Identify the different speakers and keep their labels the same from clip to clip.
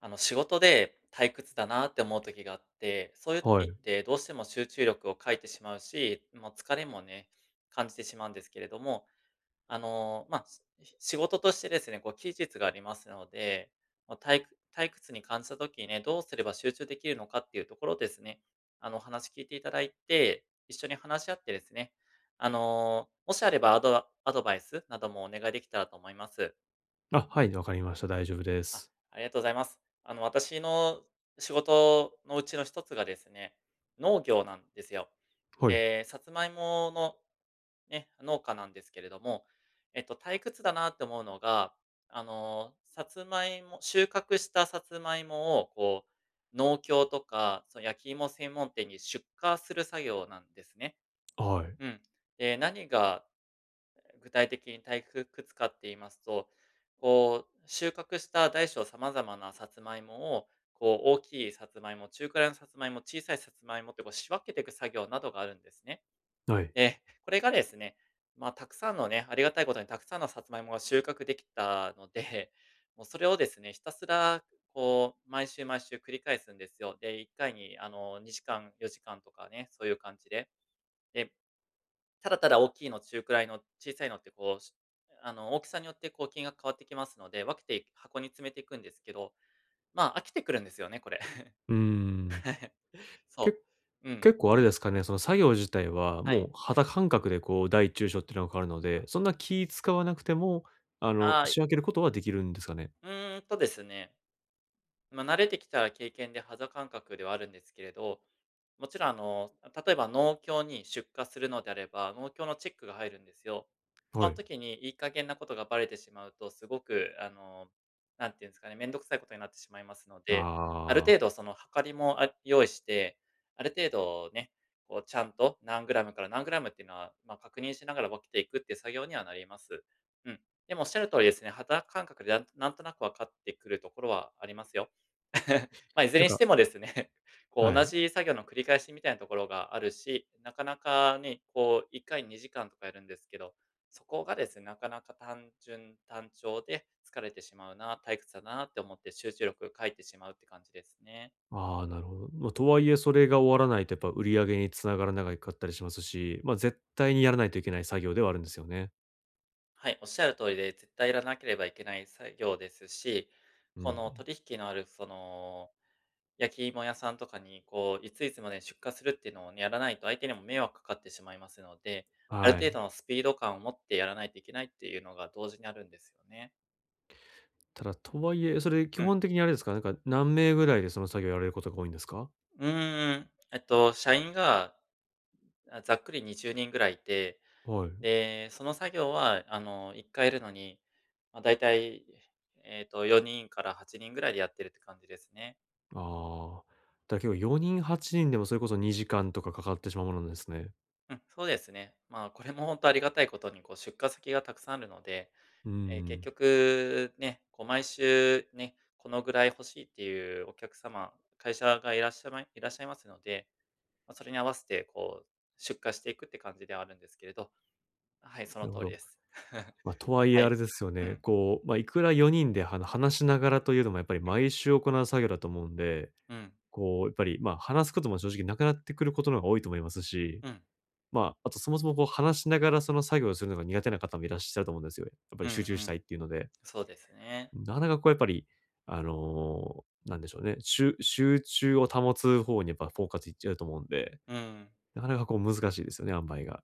Speaker 1: 仕事で退屈だなって思う時があって、そういう
Speaker 2: は
Speaker 1: 時
Speaker 2: い。
Speaker 1: ってどうしても集中力を欠いてしまうし、もう疲れもね、感じてしまうんですけれども、まあ、仕事としてですね、こう期日がありますので、もうたい退屈に感じた時にね、どうすれば集中できるのかっていうところですね、お話聞いていただいて、一緒に話し合ってですね、もしあればアドバイスなどもお願いできたらと思います。
Speaker 2: あ、はい、わかりました。大丈夫で
Speaker 1: あ、
Speaker 2: す。
Speaker 1: ありがとうございます。あの、私の仕事のうちの一つがですね、農業なんですよ。
Speaker 2: はい。
Speaker 1: え、さつまいものね、農家なんですけれども、退屈だなって思うのが、さつまいもを、こう、農協とか、その焼き芋専門店に出荷する作業なんですね。
Speaker 2: はい。
Speaker 1: うん。で、何が具体的にたいくつかって言いますと、こう、収穫した大小様々なさつまいもを、こう、大きいさつまいも、中くらいのさつまいも、小さいさつまいもって、こう、仕分けていく作業などがあるんですね。
Speaker 2: はい。
Speaker 1: で、これがですね、まあ、たくさんのね、ありがたいことにたくさんのさつまいもが収穫できたので、もうそれをですね、ひたすら、こう、毎週毎週繰り返すんですよ。で、1回に、2時間、4時間とかね、そういう感じで。で、ただただ大きいの、中くらいの、小さいのってこう、あの、大きさによってこう金額変わってきますので、分けて箱に詰めていくんですけど、まあ、飽きてくるんですよね、これ。
Speaker 2: うーん。け
Speaker 1: そう。うん、
Speaker 2: 結構あれですかね、その作業自体は、
Speaker 1: は
Speaker 2: も
Speaker 1: い。
Speaker 2: う肌感覚でこう大中小っていうのが変わるの
Speaker 1: あ、
Speaker 2: で、そんな気使わなくても、
Speaker 1: う
Speaker 2: 仕分けることはできるんですかね？
Speaker 1: ーんとですね、まあ、慣れてきたら経験で肌感覚ではあるんですけれど、もちろんあの、例えば農協に出荷するのであれば、農協のチェックが入るんですよ。そ
Speaker 2: は
Speaker 1: の
Speaker 2: い。
Speaker 1: 時にいい加減なことがバレてしまうと、すごくあの、何ていうんですかね、面倒くさいことになってしまいますので、ある
Speaker 2: あ
Speaker 1: 程
Speaker 2: あ、
Speaker 1: 度その量りも、用意して、ある程度ね、こうちゃんと何グラムから何グラムっていうのは、まあ、確認しながら分けていくっていう作業にはなります。うん。でもおっしゃる通りですね、肌感覚でなんとなく分かってくるところはありますよ。まあ、いず
Speaker 2: な
Speaker 1: れ
Speaker 2: ん
Speaker 1: にし
Speaker 2: か
Speaker 1: てもですね、こう
Speaker 2: は
Speaker 1: 同
Speaker 2: い。
Speaker 1: じ作業の繰り返しみたいなところがあるし、なかなかね、こう1回2時間とかやるんですけど、そこがですね、なかなか単純単調で疲れてしまうな、退屈だなって思って集中力欠いてしまうって感じですね。
Speaker 2: ああ、なるほど。まあ、とはいえそれが終わらないとやっぱ売り上げに繋がらないかったりしますし、まあ、絶対にやらないといけない作業ではあるんですよね。
Speaker 1: はい、おっしゃる通りで、絶対やらなければいけない作業ですし、
Speaker 2: う
Speaker 1: この
Speaker 2: ん。
Speaker 1: 取引のあるその焼き芋屋さんとかに、こう、いついつまでに出荷するっていうのをね、やらないと相手にも迷惑かかってしまいますので、ある
Speaker 2: は
Speaker 1: 程
Speaker 2: い。
Speaker 1: 度のスピード感を持ってやらないといけないっていうのが同時にあるんですよね。
Speaker 2: ただ、とはいえ、それ基
Speaker 1: うん。
Speaker 2: 本的にあれですか、なんか何名ぐらいでその作業やられることが多いんですか？
Speaker 1: 社員が、ざっくり20人ぐらいいて、
Speaker 2: はい。
Speaker 1: で、その作業は、1回やるのに、まあ、だいたい、4人から8人ぐらいでやってるって感じですね。
Speaker 2: ああ、だ結構4人、8人でもそれこそ2時間とかかかってしまうものなんですね。
Speaker 1: うん、そうですね。まあ、これも本当ありがたいことに、こう、出荷先がたくさんあるので、
Speaker 2: う
Speaker 1: 結
Speaker 2: ん、
Speaker 1: 局ね、こう毎週ね、このぐらい欲しいっていうお客様、会社がいらっしゃいますので、まあ、それに合わせてこう出荷していくって感じではあるんですけれど、はい、その
Speaker 2: なるほ
Speaker 1: 通り
Speaker 2: ど。
Speaker 1: です。
Speaker 2: まあ、とはい
Speaker 1: は
Speaker 2: えあ
Speaker 1: い。
Speaker 2: れですよ
Speaker 1: う
Speaker 2: ね、
Speaker 1: ん、
Speaker 2: こう、まあ、いくら4人で話しながらというのもやっぱり毎週行う作業だと思うんで、
Speaker 1: うん、
Speaker 2: こうやっぱり、まあ、話すことも正直なくなってくることの方が多いと思いますし、
Speaker 1: うん、
Speaker 2: まあ、あとそもそもこう話しながらその作業をするのが苦手な方もいらっしゃると思うんですよ。やっぱ
Speaker 1: う
Speaker 2: り集
Speaker 1: ん
Speaker 2: 中
Speaker 1: う
Speaker 2: した
Speaker 1: ん。
Speaker 2: いっていうので。
Speaker 1: そうですね。
Speaker 2: なかなかこうやっぱり、なんでしょうね、集中を保つ方にやっぱフォーカスいっちゃうと思うんで、
Speaker 1: うん。
Speaker 2: なかなかこう難しいですよね、塩梅が。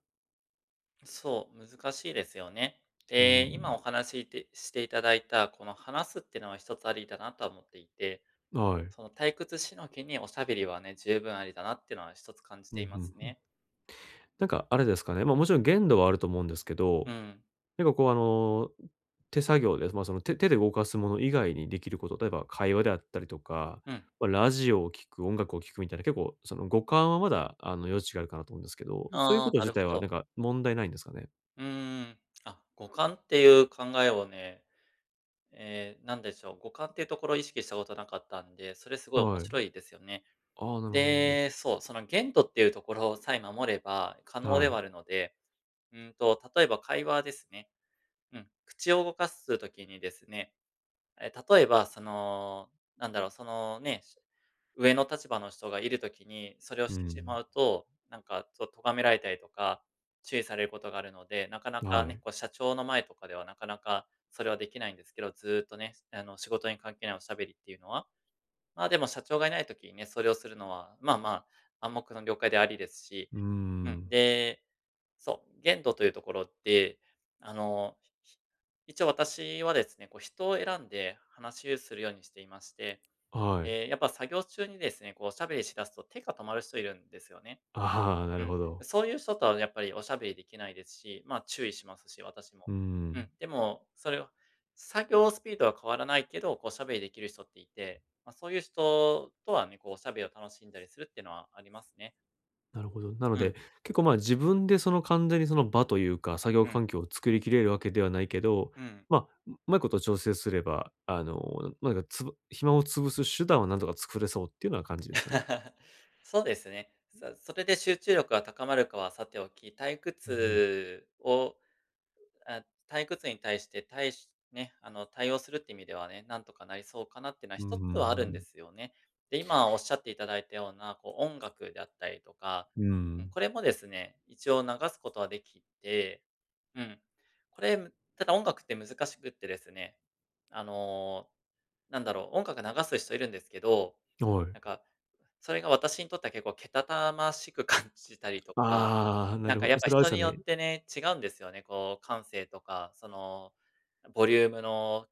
Speaker 1: そう、難しいですよね。
Speaker 2: う
Speaker 1: で、今お
Speaker 2: ん、
Speaker 1: 話しいてしていただいた、この話すっていうのは一つありだなとは思っていて、
Speaker 2: はい。
Speaker 1: その退屈しのきにおしゃべりはね、十分ありだなっていうのは一つ感じ
Speaker 2: うん、
Speaker 1: て
Speaker 2: う
Speaker 1: います
Speaker 2: んうん。
Speaker 1: ね。
Speaker 2: なんかあれですかね、ま、もちろん限度はあると思うんですけ
Speaker 1: う
Speaker 2: ど、
Speaker 1: ん。
Speaker 2: なんかこう手作業で、ま、その手で動かすもの以外にできること、例えば会話であったりとか、
Speaker 1: うん。
Speaker 2: ま、ラジオを聞く、音楽を聞くみたいな、結構その五感はまだ余地があるかなと思うんですけど、そういう
Speaker 1: あ
Speaker 2: こ
Speaker 1: あ、
Speaker 2: と
Speaker 1: な
Speaker 2: 自
Speaker 1: る
Speaker 2: 体
Speaker 1: ほ
Speaker 2: は
Speaker 1: ど。
Speaker 2: なんか問題ないんですかね？
Speaker 1: 五感っていう考えをね、なんでしょう、五感っていうところを意識したことなかったんで、それすごい面
Speaker 2: は
Speaker 1: 白
Speaker 2: い。
Speaker 1: いですよね。
Speaker 2: ああ、なるほど。
Speaker 1: で、そう、その限度っていうところさえ守れば可能
Speaker 2: は
Speaker 1: では
Speaker 2: い。
Speaker 1: あるので、うんと、例えば会話ですね。うん、口を動かすときにですね、例えば、その、なんだろう、そのね、上の立場の人がいるときに、それを
Speaker 2: う
Speaker 1: してし
Speaker 2: ん。
Speaker 1: まうと、なんかちょっと咎められたりとか、注意されることがあるので、なかなか
Speaker 2: は
Speaker 1: ね、
Speaker 2: い。
Speaker 1: こう社長の前とかではなかなかそれはできないんですけど、ずーっとね、仕事に関係ないおしゃべりっていうのは、まあ、でも社長がいないときにね、それをするのは、まあまあ、暗黙の了解でありですし、
Speaker 2: う
Speaker 1: うん、
Speaker 2: ん。
Speaker 1: で、そう、限度というところで、あの、ひ一応私はですね、こう人を選んで話をするようにしていまして、
Speaker 2: はい。
Speaker 1: やっぱ作業中にですね、こうおしゃべりしだすと手が止まる人いるんですよね。
Speaker 2: ああ、な
Speaker 1: う
Speaker 2: る
Speaker 1: ん。
Speaker 2: ほど。
Speaker 1: そういう人とはやっぱりおしゃべりできないですし、まあ、注意しますし、私
Speaker 2: う
Speaker 1: も。う
Speaker 2: ん。
Speaker 1: ん、でも、それを作業スピードは変わらないけど、こうおしゃべりできる人っていて、まあ、そういう人とはね、こうおしゃべりを楽しんだりするっていうのはありますね。
Speaker 2: なるほど。なの
Speaker 1: う
Speaker 2: で、
Speaker 1: ん、
Speaker 2: 結構まあ自分でその完全にその場というか、作業
Speaker 1: うん、
Speaker 2: 環境を作りきれるわけではないけど、
Speaker 1: うん。
Speaker 2: まあ、うまいこと調整すれば、なんか暇を潰す手段はなんとか作れそうっていうような感じですかね。
Speaker 1: そうですね。それで集中力が高まるかはさておき、退
Speaker 2: うんうん。
Speaker 1: 屈を、あ、退屈に対してね、あの、対応するって意味ではね、なんとかなりそうかなっていうのは
Speaker 2: うんう
Speaker 1: 一
Speaker 2: んう
Speaker 1: つはあるんで
Speaker 2: ん
Speaker 1: すよね。で、今おっしゃっていただいたような、こう、音楽であったりとか、
Speaker 2: うー
Speaker 1: うん、
Speaker 2: ん。
Speaker 1: これもですね、一応流すことはできて、うん。これ、ただ音楽って難しくってですね、あの、なんだろう、音楽流す人いるんですけど、
Speaker 2: はい。
Speaker 1: なんか、それが私にとっては結構けたたましく感じたりとか、
Speaker 2: ああ、な
Speaker 1: なん
Speaker 2: るほ
Speaker 1: か
Speaker 2: ど。
Speaker 1: やっぱ
Speaker 2: それはあれです
Speaker 1: 人
Speaker 2: か
Speaker 1: によ
Speaker 2: ね
Speaker 1: ってね、違うんですよね。こう、感性とか、その、ボリュームの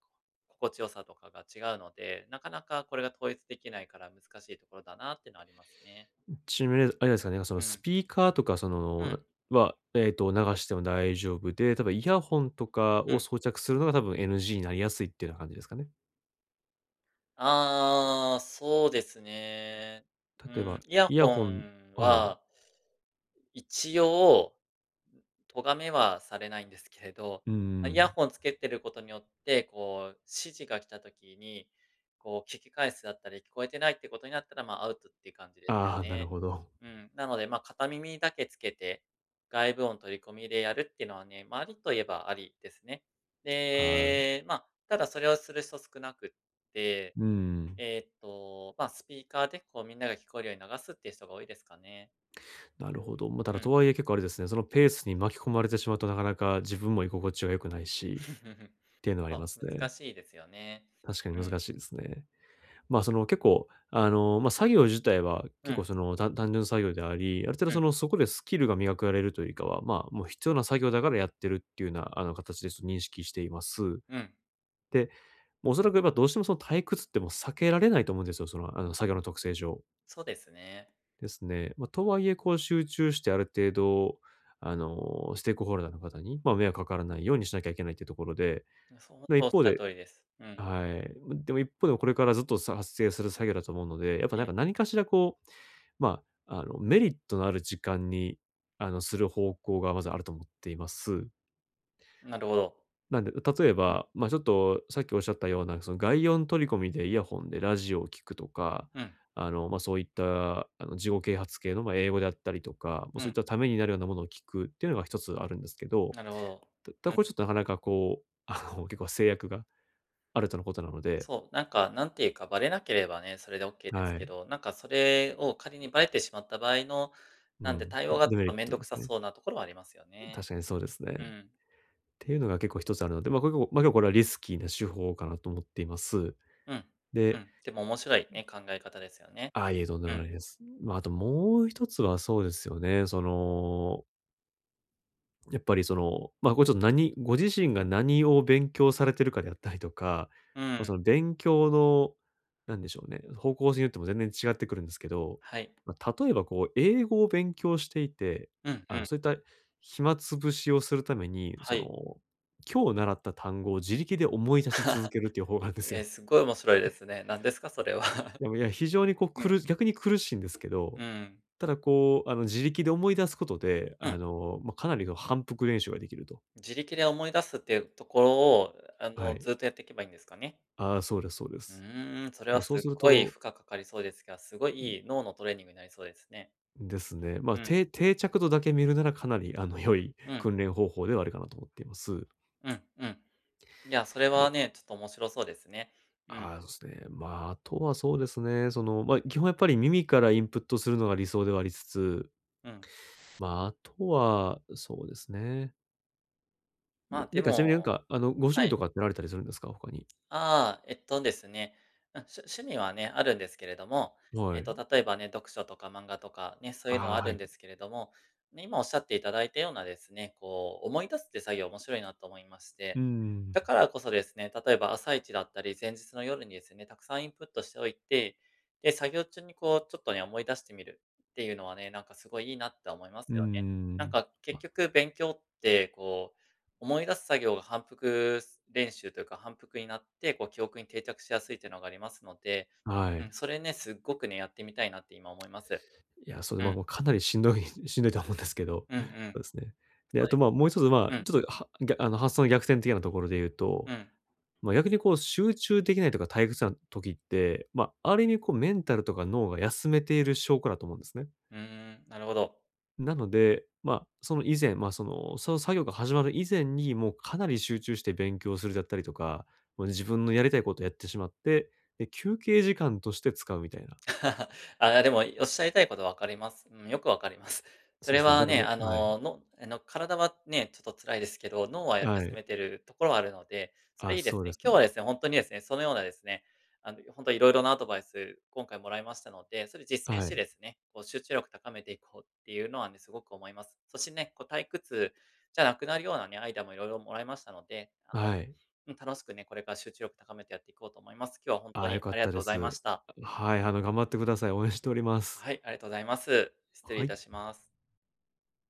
Speaker 1: 心地よさとかが違うので、なかなかこれが統一できないから難しいところだなっていうのはありますね。
Speaker 2: ちなみにあれですかね、その
Speaker 1: う
Speaker 2: ス
Speaker 1: ん。
Speaker 2: ピーカーとかそ
Speaker 1: う
Speaker 2: の、
Speaker 1: ん。
Speaker 2: は、流しても大丈夫で、多分イヤホンとか
Speaker 1: う
Speaker 2: を
Speaker 1: ん。
Speaker 2: 装着するのが多分 NG になりやすいっていうような感じですかね。
Speaker 1: ああ、そうですね。う
Speaker 2: 例え
Speaker 1: ん、
Speaker 2: ば、
Speaker 1: イヤ
Speaker 2: イヤ
Speaker 1: ホ
Speaker 2: ホン
Speaker 1: ン
Speaker 2: はい。
Speaker 1: は、一応咎めはされないんですけれど、
Speaker 2: う
Speaker 1: ま、イヤ
Speaker 2: ん。
Speaker 1: ホンつけてることによって、こう、指示が来た時に、こう、聞き返すだったり、聞こえてないってことになったら、まあ、アウトっていう感じですよ
Speaker 2: ああ、なる
Speaker 1: ね。
Speaker 2: ほど。
Speaker 1: うん、なので、まあ、片耳だけつけて、外部音取り込みでやるっていうのはね、まあ、ありといえばありですね。
Speaker 2: ああ、
Speaker 1: で、まあ、ただそれをする人少なくって、
Speaker 2: うん。
Speaker 1: まあ、スピーカーで、こう、みんなが聞こえるように流すっていう人が多いですかね。
Speaker 2: なるほど。ま、た
Speaker 1: う
Speaker 2: だ
Speaker 1: ん。
Speaker 2: とはいえ結構あれですね、そのペースに巻き込まれてしまうとなかなか自分も居心地が良くないし、っ ていうのはあり
Speaker 1: そ
Speaker 2: ま
Speaker 1: う、
Speaker 2: す
Speaker 1: 難
Speaker 2: ね。
Speaker 1: しいですよね。
Speaker 2: 確かに
Speaker 1: うん。
Speaker 2: 難しいですね。まあ、その結構、ま、作業自体は
Speaker 1: う
Speaker 2: 結構
Speaker 1: ん、
Speaker 2: その、単純作業であり、ある程度
Speaker 1: う
Speaker 2: そ
Speaker 1: ん、
Speaker 2: の、そこでスキルが磨かれるというよりかは、まあ、もう必要な作業だからやってるっていうような、形でちょっと認識しています。
Speaker 1: うん。
Speaker 2: で、もうおそらくやっぱどうしてもその退屈ってもう避けられないと思うんですよ、その、作業の特性上。
Speaker 1: そうですね。
Speaker 2: ですね。まあ、とはいえ、こう集中してある程度、ステークホルダーの方に、まあ、迷惑かからないようにしなきゃいけないっていうところで、
Speaker 1: そう、ほん
Speaker 2: ま、
Speaker 1: とお
Speaker 2: 一
Speaker 1: っし
Speaker 2: 方
Speaker 1: ゃる
Speaker 2: で
Speaker 1: 通りです。うん、
Speaker 2: はい。までも一方でこれからずっと発生する作業だと思うので、やっぱな
Speaker 1: う
Speaker 2: ん
Speaker 1: ん。
Speaker 2: か何かしらこう、まあ、メリットのある時間に、する方向がまずあると思っています。
Speaker 1: なるほど。
Speaker 2: なんで、例えば、まあ、ちょっとさっきおっしゃったような、その外音取り込みでイヤホンでラジオを聞くとか、
Speaker 1: うん、
Speaker 2: まあ、そういった、自己啓発系の、まあ、英語であったりとか、もう
Speaker 1: う
Speaker 2: そういっ
Speaker 1: ん、
Speaker 2: たためになるようなものを聞くっていうのが一つあるんですけど、
Speaker 1: なるほど。
Speaker 2: ただ
Speaker 1: う
Speaker 2: これち
Speaker 1: ん、
Speaker 2: ょっとなかなかこう、結構制約があるとのことなので、
Speaker 1: そう、なんか、なんていうか、バレなければね、それでオッケーです
Speaker 2: は
Speaker 1: け
Speaker 2: い。
Speaker 1: ど、なんかそれを仮にバレてしまった場合の、
Speaker 2: う
Speaker 1: なんで
Speaker 2: ん、
Speaker 1: 対応がちょ
Speaker 2: デメ
Speaker 1: っ
Speaker 2: リッ
Speaker 1: と面
Speaker 2: ト
Speaker 1: 倒
Speaker 2: で
Speaker 1: く
Speaker 2: す
Speaker 1: さ
Speaker 2: ね。
Speaker 1: そうなところはありますよ
Speaker 2: 確
Speaker 1: ね。
Speaker 2: かにそうですね。
Speaker 1: う
Speaker 2: っ
Speaker 1: ん、
Speaker 2: ていうのが結構一つあるので、まあ、これ結構、まあ、結構これはリスキーな手法かなと思っています。
Speaker 1: うん、う
Speaker 2: で
Speaker 1: ん。でも面白いね、考え方ですよね。
Speaker 2: ああ、いえ、とんで
Speaker 1: う
Speaker 2: もな
Speaker 1: ん、
Speaker 2: いです。まあ、あともう一つはそうですよね、そのやっぱりその、まあ、これちょっと何ご自身が何を勉強されてるかであったりとか、
Speaker 1: う
Speaker 2: まあ、
Speaker 1: ん、
Speaker 2: その勉強の、なんでしょうね、方向性によっても全然違ってくるんですけど、
Speaker 1: はい。
Speaker 2: まあ、例えばこう英語を勉強していて、
Speaker 1: うん、うん、
Speaker 2: そういった暇つぶしをするために、
Speaker 1: は
Speaker 2: その、
Speaker 1: い。
Speaker 2: 今日習った単語を自力で思い出し続 けるっていう方法があるんです
Speaker 1: えー
Speaker 2: よ。
Speaker 1: すごい面白いですね。なんですか、それは。
Speaker 2: でも、いや、非常にこう、
Speaker 1: うん、
Speaker 2: 逆に苦しいんですけど、
Speaker 1: うん、うん。
Speaker 2: ただこう、自力で思い出すことで、まあ、かなりの反復練習ができると。
Speaker 1: 自力で思い出すっていうところを、
Speaker 2: はい。
Speaker 1: ずっとやっていけばいいんですかね。
Speaker 2: ああ、そうですそうで
Speaker 1: う
Speaker 2: す。
Speaker 1: ーん、それ
Speaker 2: も
Speaker 1: は
Speaker 2: う
Speaker 1: す
Speaker 2: そう
Speaker 1: っ
Speaker 2: する
Speaker 1: ごい
Speaker 2: と、
Speaker 1: 負荷かかりそうですが、すごいいい脳のトレーニングになりそうですね。
Speaker 2: ん、ですね、まあ、
Speaker 1: うん、
Speaker 2: 定着度だけ見るならかなり、良い
Speaker 1: うん、
Speaker 2: 訓練方法ではあるかなと思っています。
Speaker 1: うん、うん。いや、それ
Speaker 2: で、
Speaker 1: はね、ちょっと面白そうですね。うん、
Speaker 2: ああ、そうですね。まあ、あとはそうですね、その、まあ、基本やっぱり耳からインプットするのが理想ではありつつ、
Speaker 1: うん。
Speaker 2: まあ、あとは、そうですね。な
Speaker 1: まあ、
Speaker 2: な
Speaker 1: で
Speaker 2: んかちなみになん
Speaker 1: も
Speaker 2: か、ご趣
Speaker 1: は
Speaker 2: 味と
Speaker 1: い。
Speaker 2: かってなられたりするんですか？他に。
Speaker 1: ああ、えっとですね、うん、趣味はね、あるんですけれども、
Speaker 2: はい。
Speaker 1: 例えばね、読書とか漫画とかね、そういうの
Speaker 2: あ
Speaker 1: は
Speaker 2: あ、
Speaker 1: あ
Speaker 2: は
Speaker 1: るん
Speaker 2: い。
Speaker 1: ですけれども、ね、今おっしゃっていただいたようなですね、こう、思い出すって作業面白いなと思いまし
Speaker 2: う
Speaker 1: て、
Speaker 2: んう
Speaker 1: だ
Speaker 2: ん
Speaker 1: からこそですね、例えば朝一だったり、前日の夜にですね、たくさんインプットしておいて、で、作業中にこう、ちょっとね、思い出してみるっていうのはね、なんかすごいいいなって思います
Speaker 2: うんう
Speaker 1: よね。なん
Speaker 2: ん。
Speaker 1: か結局勉強ってこう思い出す作業が反復練習というか、反復になって、こう記憶に定着しやすいというのがありますので、
Speaker 2: あ、は
Speaker 1: う
Speaker 2: い。
Speaker 1: ん、それね、すっごくね、やってみたいなって今思います。
Speaker 2: いや、それ、
Speaker 1: う
Speaker 2: まあ、
Speaker 1: ん、
Speaker 2: もうかなりしんどい しんどいとは思うんですけど、
Speaker 1: うんう
Speaker 2: そう
Speaker 1: ん。
Speaker 2: ですね。で、
Speaker 1: そ
Speaker 2: あ
Speaker 1: うで
Speaker 2: と、
Speaker 1: す
Speaker 2: まあ、もう
Speaker 1: ね。
Speaker 2: 一つ、ま
Speaker 1: う
Speaker 2: あ、
Speaker 1: ん、
Speaker 2: ちょっと、はぎゃあの、発想の逆転的なところで言うと、
Speaker 1: うん。
Speaker 2: まあ、逆にこう集中できないとか退屈な時って、まあ、ある意味こうメンタルとか脳が休めている証拠だと思うんですね。
Speaker 1: うーん、なるほど。
Speaker 2: なので、まあ、その以前、まあ、その、その作業が始まる以前に、もうかなり集中して勉強するだったりとか、もう自分のやりたいことをやってしまって、で、休憩時間として使うみたいな。
Speaker 1: あ、でも、おっしゃりたいこと分かります。うん、よく分かります。そ
Speaker 2: そう
Speaker 1: れ
Speaker 2: ですね、な
Speaker 1: は
Speaker 2: んか
Speaker 1: ね、
Speaker 2: も
Speaker 1: あ
Speaker 2: うはい、
Speaker 1: の、のあの、体はね、ちょっと辛いですけど、脳は
Speaker 2: は
Speaker 1: 休
Speaker 2: い。
Speaker 1: めてるところはあるので、そ
Speaker 2: あ、
Speaker 1: れいいで
Speaker 2: そ
Speaker 1: す
Speaker 2: うで
Speaker 1: ね。
Speaker 2: すそ
Speaker 1: 今
Speaker 2: う
Speaker 1: 日
Speaker 2: で
Speaker 1: はで
Speaker 2: す。
Speaker 1: すね、本当にですね、そのようなですね、あの、本当いろいろなアドバイス、今回もらいましたので、それ実践し
Speaker 2: は
Speaker 1: て
Speaker 2: い。
Speaker 1: ですね、こう集中力高めていこうっていうのはね、すごく思います。そしてね、こう退屈じゃなくなるようなね、アイデアもいろいろもらいましたので、あの、
Speaker 2: はい。
Speaker 1: うん、楽しくね、これから集中力高めてやっていこうと思います。今日は本
Speaker 2: あ
Speaker 1: 当
Speaker 2: あ、良
Speaker 1: に
Speaker 2: かっ
Speaker 1: ありが
Speaker 2: たで
Speaker 1: とうございま
Speaker 2: す。
Speaker 1: した。
Speaker 2: はい、頑張ってください。応援しております。
Speaker 1: はい、ありがとうございます。失礼
Speaker 2: は
Speaker 1: い
Speaker 2: い。
Speaker 1: たします。